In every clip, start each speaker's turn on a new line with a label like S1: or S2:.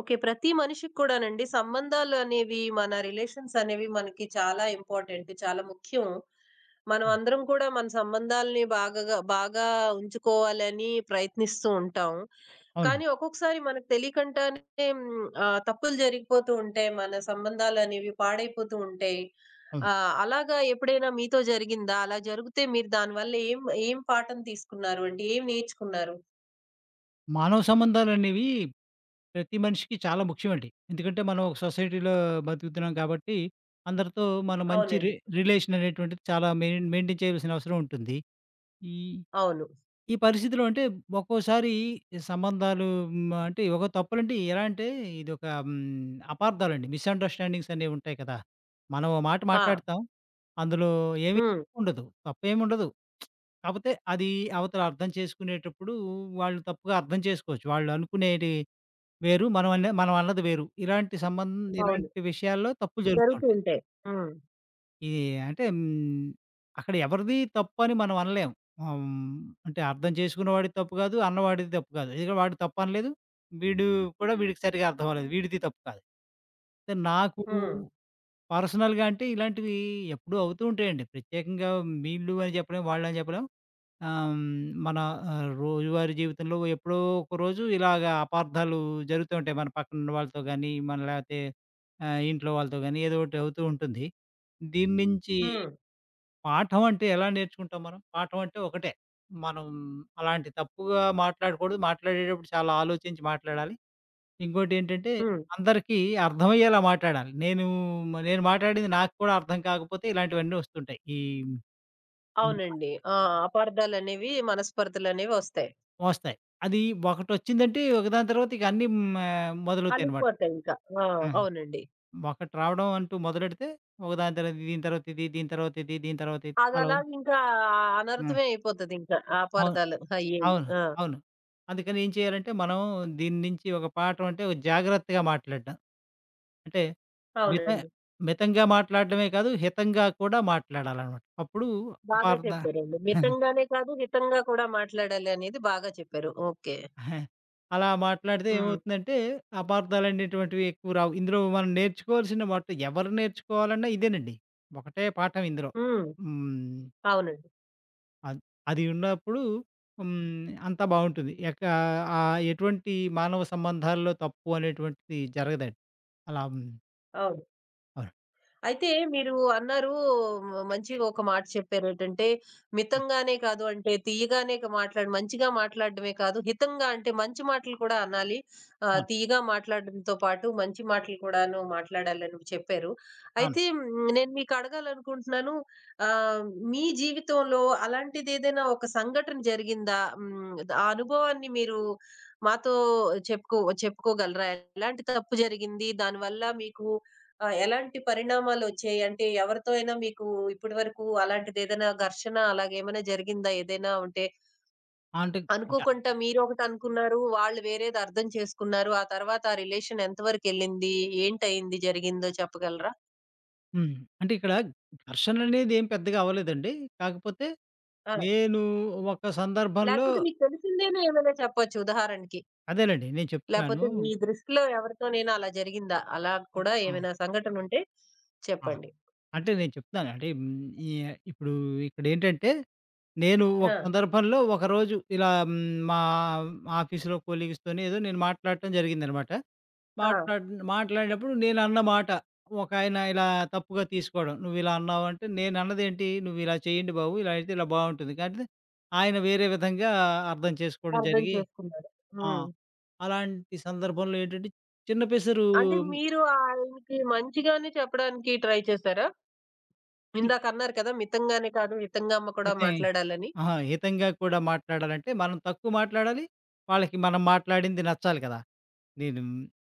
S1: Okay. ప్రతి మనిషికి కూడానండి సంబంధాలనేవి, మన రిలేషన్స్ అనేవి మనకి చాలా ఇంపార్టెంట్. చాలా ముఖ్యం. మనం
S2: అవునండి.
S1: అందరం కూడా మన సంబంధాలని బాగా ఉంచుకోవాలని ప్రయత్నిస్తూ ఉంటాం. కానీ
S2: అవునండి.
S1: ఒక్కొక్కసారి మనకు తెలియకుండానే తప్పులు జరిగిపోతూ ఉంటాయి. మన సంబంధాలనేవి పాడైపోతూ ఉంటాయి.
S2: అవును.
S1: అలాగా ఎప్పుడైనా మీతో జరిగిందా? అలా జరిగితే మీరు దానివల్ల ఏం ఏం పాఠం తీసుకున్నారు? అంటే ఏం నేర్చుకున్నారు?
S2: మానవ సంబంధాలనేవి ప్రతి మనిషికి చాలా ముఖ్యమండి. ఎందుకంటే మనం ఒక సొసైటీలో బతుకుతున్నాం కాబట్టి, అందరితో మన మంచి
S1: అవునండి.
S2: రిలేషన్ అనేటువంటిది చాలా మెయింటైన్ చేయవలసిన అవసరం ఉంటుంది. ఈ
S1: అవును.
S2: ఈ పరిస్థితిలో అంటే ఒక్కోసారి సంబంధాలు అంటే ఒక తప్పులంటే ఎలా అంటే ఇదొక అపార్థాలండి. మిస్‌అండర్‌స్టాండింగ్స్ అనేవి ఉంటాయి కదా! మనం ఓ మాట
S1: ఆ!
S2: మాట్లాడతాం. అందులో ఏమీ
S1: హ్మ్.
S2: తప్ప ఏమి ఉండదు. తప్పేముండదు. కాపోతే అది అవతల అర్థం చేసుకునేటప్పుడు వాళ్ళు తప్పుగా అర్థం చేసుకోవచ్చు. వాళ్ళనుకునేది వేరు. మనం అన్నది వేరు.
S1: అవును.
S2: ఇలాంటి విషయాల్లో తప్పులు జరుగుతూ
S1: జరుగుతూ
S2: ఉంటాయి.
S1: ఉంటాయి. హ్మ్.
S2: ఈ అంటే హ్మ్, అక్కడ ఎవరిది తప్పని మనం అనలేం. ఆహ్, హ్మ్, అంటే అర్థం చేసుకున్నవాడిది తప్పు కాదు. అన్నవాడిది తప్పు కాదు. ఇదిగో వాడు తప్పనలేదు. వీడు కూడా వీడికి సరిగ్గా అర్థం అవ్వలేదు. వీడిది తప్పు కాదు. అయితే నాకు
S1: హ్మ్.
S2: పర్సనల్‌గా అంటే ఇలాంటివి ఎప్పుడూ అవుతూ ఉంటాయండి. ప్రత్యేకంగా వీళ్ళు అని చెప్పలేం. వాళ్ళని చెప్పలేం. ఆహ్, హ్మ్. మన ఆహ్, రోజువారీ జీవితంలో ఎప్పుడో ఒకరోజు ఇలాగ అపార్థాలు జరుగుతూ ఉంటాయి. మన పక్కనున్న వాళ్ళతో గానీ, ఇంట్లో వాళ్ళతో గానీ ఏదో ఒకటి అవుతూ ఉంటుంది. దీని హ్మ్. నుంచి
S1: హ్మ్.
S2: పాఠం అంటే ఎలా నేర్చుకుంటాం మనం? పాఠం అంటే ఒకటే. మనం అలాంటి తప్పుగా మాట్లాడకూడదు. మాట్లాడేటప్పుడు చాలా ఆలోచించి మాట్లాడాలి. ఇంకోటేంటంటే
S1: హ్మ్.
S2: అందరికీ అర్థమయ్యేలా మాట్లాడాలి. నేను మాట్లాడింది నాకు కూడా అర్థం కాకపోతే ఇలాంటివన్నీ వస్తుంటాయి.
S1: అవునండి. ఆ! అపార్థాలనేవి, మనస్పర్ధలనేవి ఒస్తాయి.
S2: వస్తాయి. అది ఒకటొచ్చిందంటే ఒకదాని తర్వాత ఇక అన్నీ మొదలవుతాయనమాట.
S1: అలిగిపోతాయింకా. ఆ!
S2: హ్మ్.
S1: అవునండి.
S2: ఒకటి రావడం అంటూ మొదలెడితే ఒకదాని తర్వాత ఇది, దీని తర్వాత ఇది, దీని తర్వాత ఇది, దీని తర్వాత ఇది అలా.
S1: అదలాగింకా
S2: హ్మ్.
S1: అనర్థమే అయిపోతదింకా ఆ
S2: అవును.
S1: అపార్థాలు అయ్యేవి.
S2: అవును.
S1: ఆ!
S2: అవును. అందుకని ఏం చేయాలంటే మనం దీని నుంచి ఒక పాఠం అంటే ఒక జాగ్రత్తగా మాట్లాడడం. అంటే మిత
S1: అవునండి.
S2: మితంగా మాట్లాడడమే కాదు హితంగా కూడా మాట్లాడాలనమాట. అప్పుడు
S1: బాగా
S2: అపార్థ
S1: చెప్పారండి. మితంగానే కాదు, హితంగా కూడా మాట్లాడాలి అనేది బాగా చెప్పారు. ఓకే.
S2: ఆహా. అలా మాట్లాడితే
S1: హ్మ్.
S2: ఏమవుతుందంటే, అపార్థాలనేటువంటివి ఎక్కువ రావు. ఇందులో మనం నేర్చుకోవాల్సిన ఎవరు నేర్చుకోవాలన్నా ఇదేనండి. ఒకటే పాఠం ఇందులో.
S1: హ్మ్.
S2: హ్మ్.
S1: అవునండి.
S2: అద్ అది ఉన్నప్పుడు హ్మ్. అంతా బావుంటుంది. ఎటువంటి మానవ సంబంధాల్లో తప్పు అనేటువంటిది జరగదండి. అలా హ్మ్.
S1: అవును.
S2: అవును.
S1: అయితే మీరు అన్నారు, మంచిగా ఒక మాట చెప్పారు. ఏంటంటే
S2: హ్మ్.
S1: మితంగానే కాదు, అంటే తీయగానే మాట్లాడి మంచిగా మాట్లాడడమే కాదు, హితంగా అంటే మంచి మాటలు కూడా అనాలి.
S2: అవును.
S1: తీయగా మాట్లాడడంతో పాటు మంచి మాటలు కూడాను మాట్లాడాలని చెప్పారు.
S2: అవును.
S1: అయితే నేను మీకు అడగాలనుకుంటున్నాను. ఆహ్, మీ జీవితంలో అలాంటిదేదైనా ఒక సంఘటన జరిగిందా? ఆ అనుభవాన్ని మీరు మాతో చెప్పుకోగలరా? ఎలాంటి తప్పు జరిగింది? దానివల్ల మీకు ఆ! ఎలాంటి పరిణామాలొచ్చాయి? అంటే ఎవరితో అయినా మీకు ఇప్పటి వరకు అలాంటిదేదైనా ఘర్షణ అలాగేమైనా జరిగిందా? ఏదైనా ఉంటే
S2: ఆ! అంటే గ
S1: అనుకోకుండా మీరొకటనుకున్నారు. వాళ్ళు వేరేది అర్థం చేసుకున్నారు. ఆ తర్వాత ఆ రిలేషన్ ఎంత వరకెళ్ళింది? ఏంటయింది, జరిగిందో చెప్పగలరా?
S2: హ్మ్. అంటే ఇక్కడ ఘర్షణనేది ఏం పెద్దగా అవ్వలేదండి. కాకపోతే
S1: ఆ!
S2: నేను ఒక సందర్భంలో
S1: లేకపోతే మీకు తెలిసిందేనే ఏమైనా చెప్పొచ్చు ఉదాహరణకి.
S2: అదేనండి నేను
S1: లేపోతే
S2: చెప్తున్నాను.
S1: మీ దృష్టిలో ఎవరితోనైనా అలా జరిగిందా? అలా
S2: ఆ!
S1: కూడా
S2: ఆ!
S1: ఏమైనా సంఘటనుంటే
S2: ఆ!
S1: చెప్పండి.
S2: అంటే నేను చెప్తున్నాను. అంటే హ్మ్, ఈ ఇప్పుడు ఇక్కడేంటంటే, నేను ఒక
S1: ఆ!
S2: సందర్భంలో ఒకరోజు ఇలా మా ఆఫీస్‌లో కొలీగ్స్‌తోని ఏదో నేను మాట్లాడటం జరిగిందనమాట.
S1: ఆ!
S2: మాట్లాడి మాట్లాడినప్పుడు నేనన్న మాట ఒకాయన ఇలా తప్పుగా తీసుకోవడం. "నువ్విలా అన్నావంటే" నేనన్నదేంటి? "నువ్విలా చేయండి బాబు. ఇలా అయితే ఇలా బావుంటుంది." కాకపోతే ఆయన వేరే విధంగా అర్థం చేసుకోవడం
S1: అర్థం
S2: జరిగి.
S1: చేసుకున్నారు.
S2: ఆ!
S1: హ్మ్.
S2: అలాంటి సందర్భంలో ఏంటంటే చిన్న పెసరు
S1: అంటే మీరు ఆయనకి మంచిగానే చెప్పడానికి ట్రై చేసారా?
S2: అంటే
S1: ఇందాకన్నారు కదా! మితంగానే కాదు, మితంగా అమ్మ కూడా
S2: అయితే
S1: మాట్లాడాలని.
S2: ఆహా! హితంగా కూడా మాట్లాడాలంటే, మనం తక్కువ మాట్లాడాలి. వాళ్ళకి మనం మాట్లాడింది నచ్చాలి కదా! నేను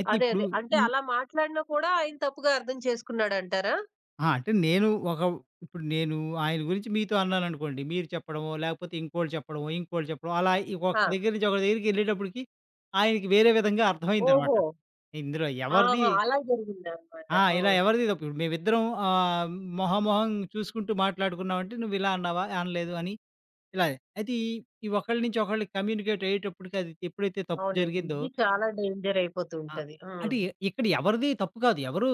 S2: అయితే
S1: అదే.
S2: ఇప్పుడు
S1: అదే. అంటే
S2: ఈ
S1: అలా మాట్లాడినా కూడా ఆయన తప్పుగా అర్థం చేసుకున్నాడంటారా?
S2: ఆ! అంటే నేను ఒక ఇప్పుడు నేను ఆయన గురించి మీతో అన్నాననుకోండి. మీరు చెప్పడమో, లేకపోతే ఇంకోళ్ళు చెప్పడమో, ఇంకోళ్ళు చెప్పడం అలా ఒక
S1: ఆ!
S2: దగ్గర నుంచి ఒక దగ్గరికెళ్ళేటప్పటికి ఆయనకి వేరే విధంగా అర్థమైందనమాట.
S1: ఓహో!
S2: ఇందులో ఎవరిది
S1: ఆహా! అలా జరిగిందనమాట.
S2: ఆ!
S1: ఆ!
S2: ఇలా ఎవరిది తప్పు? ఇప్పుడు మేమిద్దరం మొహామొహం చూసుకుంటూ మాట్లాడుకున్నామంటే, "నువ్వు ఇలా అన్నావా? అనలేదు" అని ఇలా. అయితే ఈ ఈ ఒకళ్ళ నుంచి ఒకళ్ళకి కమ్యూనికేట్ అయ్యేటప్పటికి అది ఎప్పుడైతే తప్పు
S1: అవునండి.
S2: జరిగిందో.
S1: ఇది చాలా డేంజర్ అయిపోతూ
S2: ఆ!
S1: ఉంటది. ఆ!
S2: ఇక్కడ ఎవరిది తప్పు కాదు. ఎవరు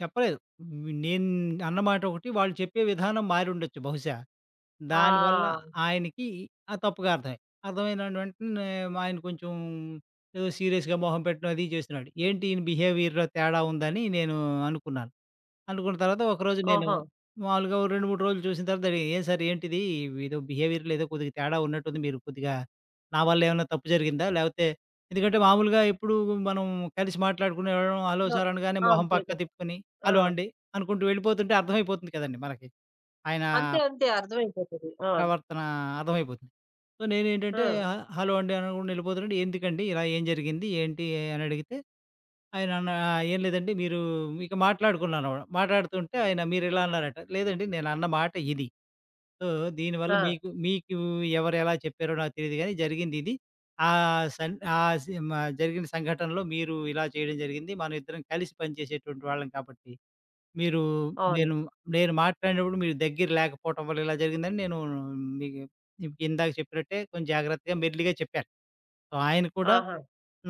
S2: చెప్పలేదు. నేను అన్న మాట ఒకటి, వాళ్ళు చెప్పే విధానం మారుండొచ్చు బహుశా. దానివల్ల
S1: ఆ!
S2: ఆయనకి ఆ తప్పుగా అర్థమైన వెంటనే ఆయన కొంచెం ఏదో సీరియస్‌గా మొహం పెట్టడం అది చేస్తున్నాడు. ఏంటి ఈయన బిహేవియర్‌లో తేడా ఉందని నేను అనుకున్నాను. అనుకున్న తర్వాత ఒకరోజు నేను
S1: ఓహో!
S2: మామూలుగా ఓ 2, 3 రోజులు చూసిన తర్వాత అడిగా, "ఏం సార్ ఏంటిది? ఏదో బిహేవియర్‌లో ఏదో కొద్దిగా తేడా ఉన్నట్టుంది. మీరు కొద్దిగా నా వల్ల ఏమన్నా తప్పు జరిగిందా? లేకపోతే?" ఎందుకంటే మామూలుగా ఎప్పుడు మనం కలిసి మాట్లాడుకునేవాళ్ళం. హలో
S1: నొ
S2: సార్ అనగానే
S1: ఆ!
S2: మొహం
S1: అంతే
S2: పక్క
S1: కదా!
S2: తిప్పుకొని,
S1: ఆ!
S2: హలో అండి అనుకుంటూ వెళ్ళిపోతుంటే అర్థమైపోతుంది కదండీ మనకి. ఆయన
S1: అంతే. అర్థమైపోతది. ఆ!
S2: ప్రవర్తన అర్థమైపోతుంది. సో,
S1: ఆ!
S2: నేనేంటంటే, "హ "హలో అండి" అనకుండా వెళ్ళిపోతుంటే, "ఎందుకండి? ఇలా ఏం జరిగింది? ఏంటి?" అని అడిగితే ఆయన అన్నా, "ఏం లేదండి మీరు" ఇక మాట్లాడుకున్నాను. మాట్లాడుతుంటే ఆయన మీరిలా అన్నారట. "లేదండి నేనన్న మాట ఇది. సో, దీనివల్ల
S1: ఆ!
S2: మీకు మీకు ఎవరెలా చెప్పారో నాకు తెలీదు గానీ జరిగిందిది. ఆ సన్ ఆ సిమ జరిగిన సంఘటనలో మీరు ఇలా చేయడం జరిగింది. మనం ఇద్దరం కలిసి పనిచేసేటువంటి వాళ్ళం కాబట్టి, మీరు
S1: అవును.
S2: నేను నేను మాట్లాడినప్పుడు మీరు దగ్గర లేకపోవటం వల్ల ఇలా జరిగిందని నేను మీకు మీకు ఇందాక చెప్పినట్టే కొంచెం జాగ్రత్తగా మెల్లిగా చెప్పాను." సో, ఆయన కూడా
S1: ఆహా!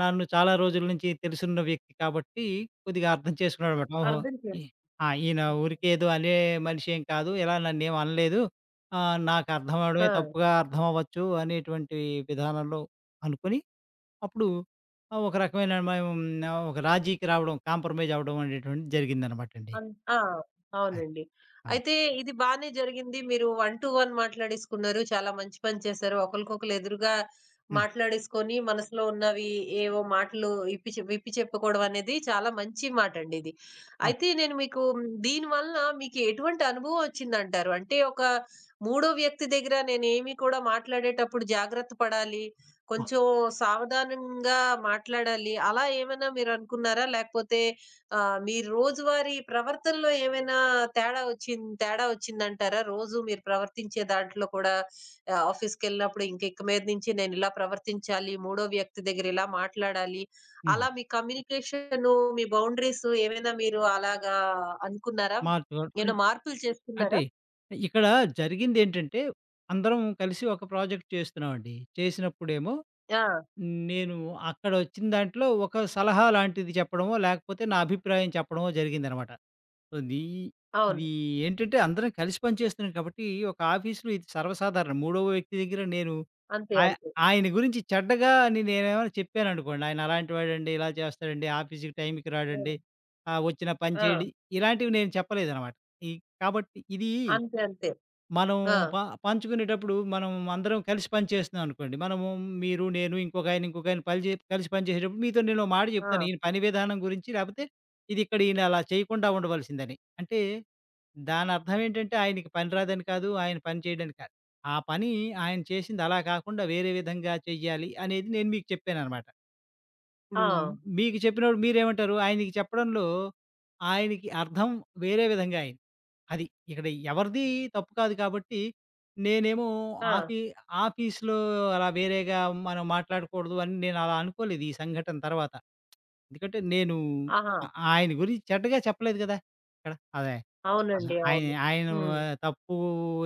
S2: నన్ను చాలా రోజుల నుంచి తెలిసున్న వ్యక్తి కాబట్టి కొద్దిగా అర్థం చేసుకున్నాడనమాట. ఓహో!
S1: అర్థం
S2: ఈ
S1: చేసుకో
S2: ఆ! ఈయన ఊరికే ఏదో అనే మనిషి ఏం కాదు. ఇలా నన్నేం అనలేదు. నాకు అర్థం
S1: ఆ!
S2: అవ్వడమే తప్పుగా అర్థం అవ్వచ్చు అనేటువంటి విధానంలో అనుకుని, అప్పుడు ఒక రకమైన మేము ఒక రాజీకి రావడం, కాంప్రమైజ్ అవ్వడం అనేటువంటిది జరిగిందనమాటండి.
S1: అన్ ఆ!
S2: ఆ!
S1: అవునండి.
S2: అవును.
S1: అయితే ఇది బానే జరిగింది. మీరు వన్ టు వన్ మాట్లాడేసుకున్నారు. చాలా మంచి పని చేశారు. ఒకళ్ళకొకళ్ళు ఎదురుగా
S2: హ్మ్.
S1: మాట్లాడేసుకొని మనసులో ఉన్నవి ఏవో మాటలు ఇప్పి చె విప్పి చెప్పుకోవడం అనేది చాలా మంచి మాటండి ఇది.
S2: అవును.
S1: అయితే నేను మీకు దీనివలన మీకు ఎటువంటి అనుభవం వచ్చిందంటారు? అంటే ఒక మూడో వ్యక్తి దగ్గర నేనేమి కూడా మాట్లాడేటప్పుడు జాగ్రత్త పడాలి.
S2: ఆ!
S1: కొంచెం సావధానంగా మాట్లాడాలి. అలా ఏమైనా మీరనుకున్నారా? లేకపోతే మీ రోజువారీ ప్రవర్తనలో ఏమైనా తేడా వచ్చిందంటారా? రోజు మీరు ప్రవర్తించే దాంట్లో కూడా ఆఫీస్‌కెళ్ళినప్పుడు ఇక మీద నుంచి నేనిలా ప్రవర్తించాలి, మూడో వ్యక్తి దగ్గర ఇలా మాట్లాడాలి.
S2: హ్మ్.
S1: అలా మీ కమ్యూనికేషను, మీ బౌండరీస్ ఏమైనా మీరు అలాగా అనుకున్నారా?
S2: మార్చుకోవడం అన్
S1: ఏమైనా మార్పులు చేసుకున్నారా?
S2: అంటే ఇక్కడ జరిగిందేంటంటే, అందరం కలిసి ఒక ప్రాజెక్ట్ చేస్తున్నామండి. చేసినప్పుడేమో
S1: ఆ!
S2: నేను అక్కడొచ్చిన దాంట్లో ఒక సలహా లాంటిది చెప్పడమో, లేకపోతే నా అభిప్రాయం చెప్పడమో జరిగిందనమాట. అది
S1: అవును.
S2: ఇది ఏంటంటే అందరం కలిసి పనిచేస్తున్నాం కాబట్టి, ఒక ఆఫీస్‌లో ఇది సర్వసాధారణం. మూడవ వ్యక్తి దగ్గర నేను
S1: అంతే.
S2: ఆయ
S1: అంతే.
S2: ఆయన గురించి చెడ్డగా అని నేనేమైనా చెప్పాననుకోండి, ఆయన అలాంటి వాడండి, ఇలా చేస్తాడండి, ఆఫీస్‌కి టైంకి
S1: హ్మ్.
S2: రాడండి, వచ్చిన పని చేయడు,
S1: ఆ!
S2: ఇలాంటివి నేను చెప్పలేదనమాట. ఈ కాబట్టి ఇది
S1: అంతే.
S2: మనం
S1: ఆ!
S2: ప పంచుకునేటప్పుడు మనం అందరం కలిసి పని చేస్తున్నాం అనుకోండి. మనము మీరు, నేను, ఇంకొక ఆయన, ఇంకొక ఆయన పని చే కలిసి పని చేసేటప్పుడు మీతో నేనో మాట చెప్తాను.
S1: ఆ!
S2: ఈయన పని విధానం గురించి లేపోతే ఇది ఇక్కడ ఈయన అలా చేయకుండా ఉండవలసిందని. అంటే దాని అర్థం ఏంటంటే ఆయనకి పని రాదని కాదు. ఆయన పని చేయడని కాదు. ఆ పని ఆయన చేసింది అలా కాకుండా వేరే విధంగా చెయ్యాలి అనేది నేను మీకు చెప్పాననమాట.
S1: ఆ!
S2: ఇప్పుడు మీకు చెప్పినప్పుడు మీరేమంటారు? ఆయనకి చెప్పడంలో ఆయనకి అర్థం వేరే విధంగా అయింది. అది. ఇక్కడ ఎవరిది తప్పు కాదు కాబట్టి, నేనేమో
S1: ఆ!
S2: ఆఫీ ఆఫీస్‌లో అలా వేరేగా మనం మాట్లాడకూడదు అని నేను అలా అనుకోలేదు ఈ సంఘటన తర్వాత. ఎందుకంటే నేను
S1: ఆహా!
S2: ఆ ఆయన గురించి చెడ్డగా చెప్పలేదు గదా! ఇక్కడ. అదే. ఆహా!
S1: అవునండి.
S2: ఆయన
S1: అవును.
S2: ఆయన
S1: హ్మ్.
S2: తప్పు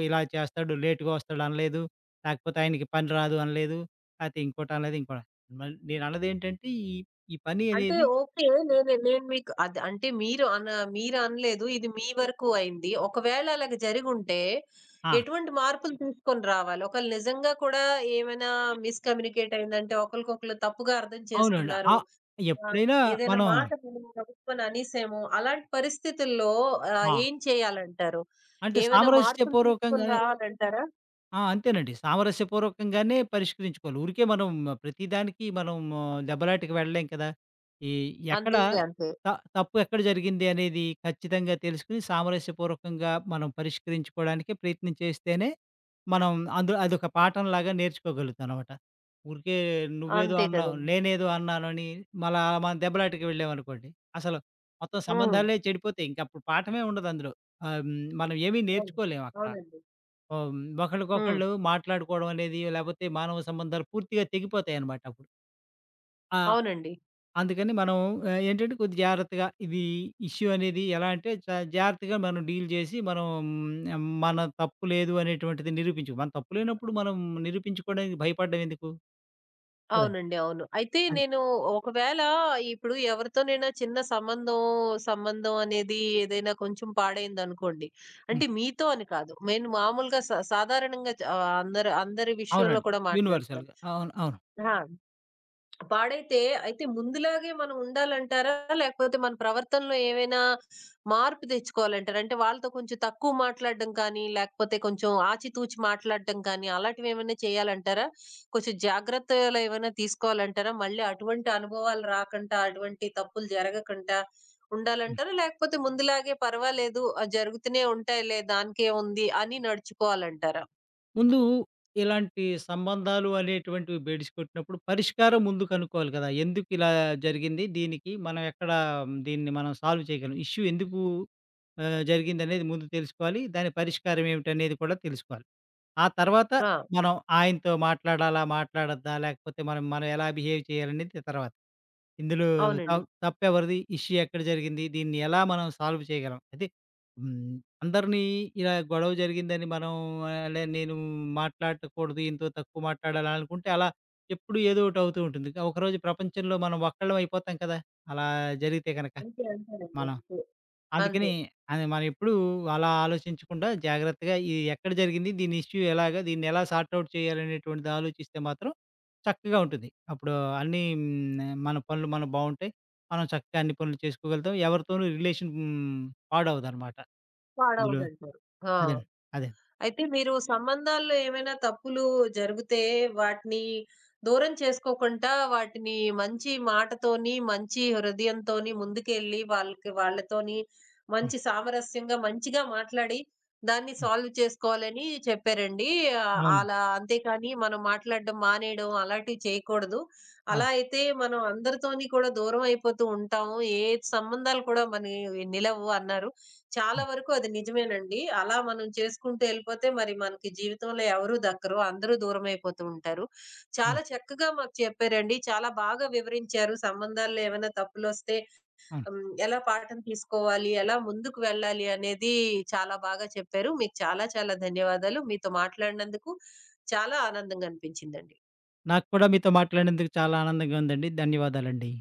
S2: ఇలా చేస్తాడు, లేట్‌గా వస్తాడు అనలేదు. లేకపోతే ఆయనకి పని రాదు అనలేదు. లేతే ఇంకోటి అనలేదు, ఇంకోటి నేనన్నదేంటంటే ఈ పని
S1: అంటే
S2: అనేది.
S1: ఓకే. నేను నేను మీకు అది అంటే మీరు అనలేదు. ఇది మీ వరకు అయింది. ఒకవేళ అలాగ జరిగుంటే
S2: ఆ!
S1: ఎటువంటి మార్పులు తీసుకొని రావాలి? ఒకవేళ నిజంగా కూడా ఏమైనా మిస్‌కమ్యూనికేట్ అయిందంటే ఒకళ్ళకొకళ్ళు తప్పుగా అర్థం
S2: అవునండి.
S1: చేసుకున్నారు. ఆహ్,
S2: ఎప్పుడైనా
S1: ఏదైనా
S2: మనం.
S1: మాట మనం గబుక్కుమని అనేసాము. అలాంటి పరిస్థితుల్లో
S2: ఆ!
S1: ఏం చేయాలంటారు?
S2: అంటే
S1: ఏమైనా మార్పులు తీసుకొని
S2: సామరస్యపూర్వకంగా.
S1: రావాలంటారా?
S2: అంతేనండి. సామరస్యపూర్వకంగానే పరిష్కరించుకోవాలి. ఊరికే మనం ప్రతిదానికి మనం ఆ, దెబ్బలాటకి వెళ్ళలేం కదా! ఈ ఎక్కడ
S1: అంతే. అంతే.
S2: త తప్పు ఎక్కడ జరిగింది అనేది ఖచ్చితంగా తెలుసుకొని, సామరస్యపూర్వకంగా మనం పరిష్కరించుకోవడానికే ప్రయత్నం చేస్తేనే, మనం అదొక పాఠంలాగా నేర్చుకోగలుగుతామనమాట. ఊరికే నువ్వేదో
S1: అంతే
S2: అన్నావు,
S1: కదండీ!
S2: నేనేదో అన్నానని మళ్ళా మనం దెబ్బలాటకి వెళ్ళామనుకోండి, అసలు మొత్తం
S1: హ్మ్.
S2: సంబంధాలే చెడిపోతాయి. ఇంకప్పుడు పాఠమే ఉండదు అందులో. మనం ఏమీ
S1: అవును.
S2: నేర్చుకోలేం అక్కడ.
S1: అవునండి.
S2: ఓహ్!
S1: హ్మ్.
S2: ఒకళ్ళకొకళ్ళు మాట్లాడుకోవడం అనేది, లేపోతే మానవ సంబంధాలు పూర్తిగా తెగిపోతాయనమాట అప్పుడు. ఆ!
S1: అవునండి.
S2: అందుకని మనం ఏంటంటే కొద్ది జాగ్రత్తగా ఇది ఇష్యూ అనేది ఎలా అంటే జాగ్రత్తగా మనం డీల్ చేసి మనం మన తప్పు లేదు అనేటువంటిది మన తప్పు లేనప్పుడు మనం నిరూపించుకోవడానికి భయపడడం ఎందుకు? కదండి.
S1: అవునండి. అవును. అయితే
S2: అది.
S1: నేను ఒకవేళ ఇప్పుడు ఎవరితోనైనా చిన్న సంబంధం, సంబంధం అనేది ఏదైనా కొంచెం పాడైందనుకోండి.
S2: హ్మ్.
S1: అంటే మీతో అని కాదు. నేను మామూలుగా సాధారణంగా అందరు అందరి విషయంలో
S2: అవునండి.
S1: కూడా మాట్లాడుతున్నాను.
S2: యూనివర్సల్‌గా. అవును.
S1: ఆ! పాడైతే అయితే ముందులాగే మనం ఉండాలంటారా? లేకపోతే మన ప్రవర్తనలో ఏవైనా మార్పు తెచ్చుకోవాలంటారా? అంటే వాళ్ళతో కొంచెం తక్కువ మాట్లాడడం కానీ, లేకపోతే కొంచెం ఆచితూచి మాట్లాడడం కానీ, అలాంటివేమైనా చేయాలంటారా? కొంచెం జాగ్రత్తలు ఏమైనా తీసుకోవాలంటారా? మళ్ళీ అటువంటి అనుభవాలు రాకుండా, అటువంటి తప్పులు జరగకుండా ఉండాలంటారా? లేకపోతే ముందులాగే పర్వాలేదు, జరుగుతూనే ఉంటాయిలే దానికేముంది అని నడుచుకోవాలంటారా?
S2: ముందు ఇలాంటి సంబంధాలు అనేటువంటివి బెడిసి కొట్టినప్పుడు పరిష్కారం ముందు కనుక్కోవాలి కదా! ఎందుకు ఇలా జరిగింది? దీనికి మనం ఎక్కడ దీన్ని మనం సాల్వ్ చేయగలం? ఇష్యూ ఎందుకు జరిగిందనేది ముందు తెలుసుకోవాలి. దాని పరిష్కారం ఏమిటనేది కూడా తెలుసుకోవాలి. ఆ తర్వాత
S1: ఆ!
S2: మనం ఆయనతో మాట్లాడాలా? మాట్లాడొద్దా? లేకపోతే మనం మనం ఎలా బిహేవ్ చేయాలనేది తర్వాత. ఇందులో త
S1: అవునండి.
S2: తప్పెవరిది? ఇష్యూ ఎక్కడ జరిగింది? దీన్ని ఎలా మనం సాల్వ్ చేయగలం? అయితే హ్మ్. అందరినీ ఇలా గొడవ జరిగిందని మనం ఆహ్, లే నేను మాట్లాడకూడదు, ఈయనతో తక్కువ మాట్లాడాలి అనుకుంటే అలా ఎప్పుడు ఏదో ఒకటి అవుతూ ఉంటుంది. ఒకరోజు ప్రపంచంలో మనం ఒక్కళ్ళం అయిపోతాం కదా! అలా జరిగితే గనక
S1: అంతే. అంతేనండి.
S2: మనం.
S1: అంతే.
S2: అందుకని అది మనం ఎప్పుడూ అలా ఆలోచించకుండా జాగ్రత్తగా ఇది ఎక్కడ జరిగింది? దీని ఇష్యూ ఎలాగా? దీన్ని ఎలా సార్ట్ ఔట్ చేయాలనేటువంటిది ఆలోచిస్తే మాత్రం చక్కగా ఉంటుంది. అప్పుడు అన్నీ మన పనులు మనకు బావుంటాయి. మనం చక్కగా అన్ని పనులు చేసుకోగలుగుతాం. ఎవరితోనూ రిలేషన్ పాడవదనమాట. ఇందులో
S1: పాడవదంటారు. ఆ!
S2: అదండి. అదే.
S1: అయితే మీరు సంబంధాల్లో ఏమైనా తప్పులు జరిగితే వాటిని దూరం చేసుకోకుండా వాటిని మంచి మాటతోని, మంచి హృదయంతోని ముందుకెళ్ళి వాళ్ళకి వాళ్ళతోని
S2: హ్మ్.
S1: మంచి సామరస్యంగా మంచిగా మాట్లాడి దాన్ని
S2: హ్మ్.
S1: సాల్వ్ చేసుకోవాలని చెప్పారండి.
S2: అవును.
S1: అలా అంతేకాని మనం మాట్లాడడం మానేయడం అలాంటివి చేయకూడదు. అలా
S2: అవును.
S1: అయితే మనం అందరితోని కూడా దూరం అయిపోతూ ఉంటాము. ఏ సంబంధాలు కూడా మనయి నిలవు అన్నారు. చాలా
S2: హ్మ్.
S1: వరకు అది నిజమేనండి. అలా మనం చేసుకుంటూ ఎళ్ళిపోతే మరి మనకి జీవితంలో ఎవరు దక్కరు. అందరూ దూరమైపోతూ ఉంటారు. చాలా
S2: అవును.
S1: చక్కగా మాకు చెప్పారండి. చాలా బాగా వివరించారు. సంబంధాల్లో ఏమైనా తప్పులొస్తే
S2: అవును.
S1: హ్మ్, ఎలా పాఠం తీసుకోవాలి? ఎలా ముందుకు వెళ్ళాలి? అనేది చాలా బాగా చెప్పారు. మీకు చాలా చాలా ధన్యవాదాలు. మీతో మాట్లాడినందుకు చాలా ఆనందంగా అనిపించిందండి.
S2: నాకు కూడా మీతో మాట్లాడినందుకు చాలా ఆనందంగా ఉందండి. ధన్యవాదాలండి.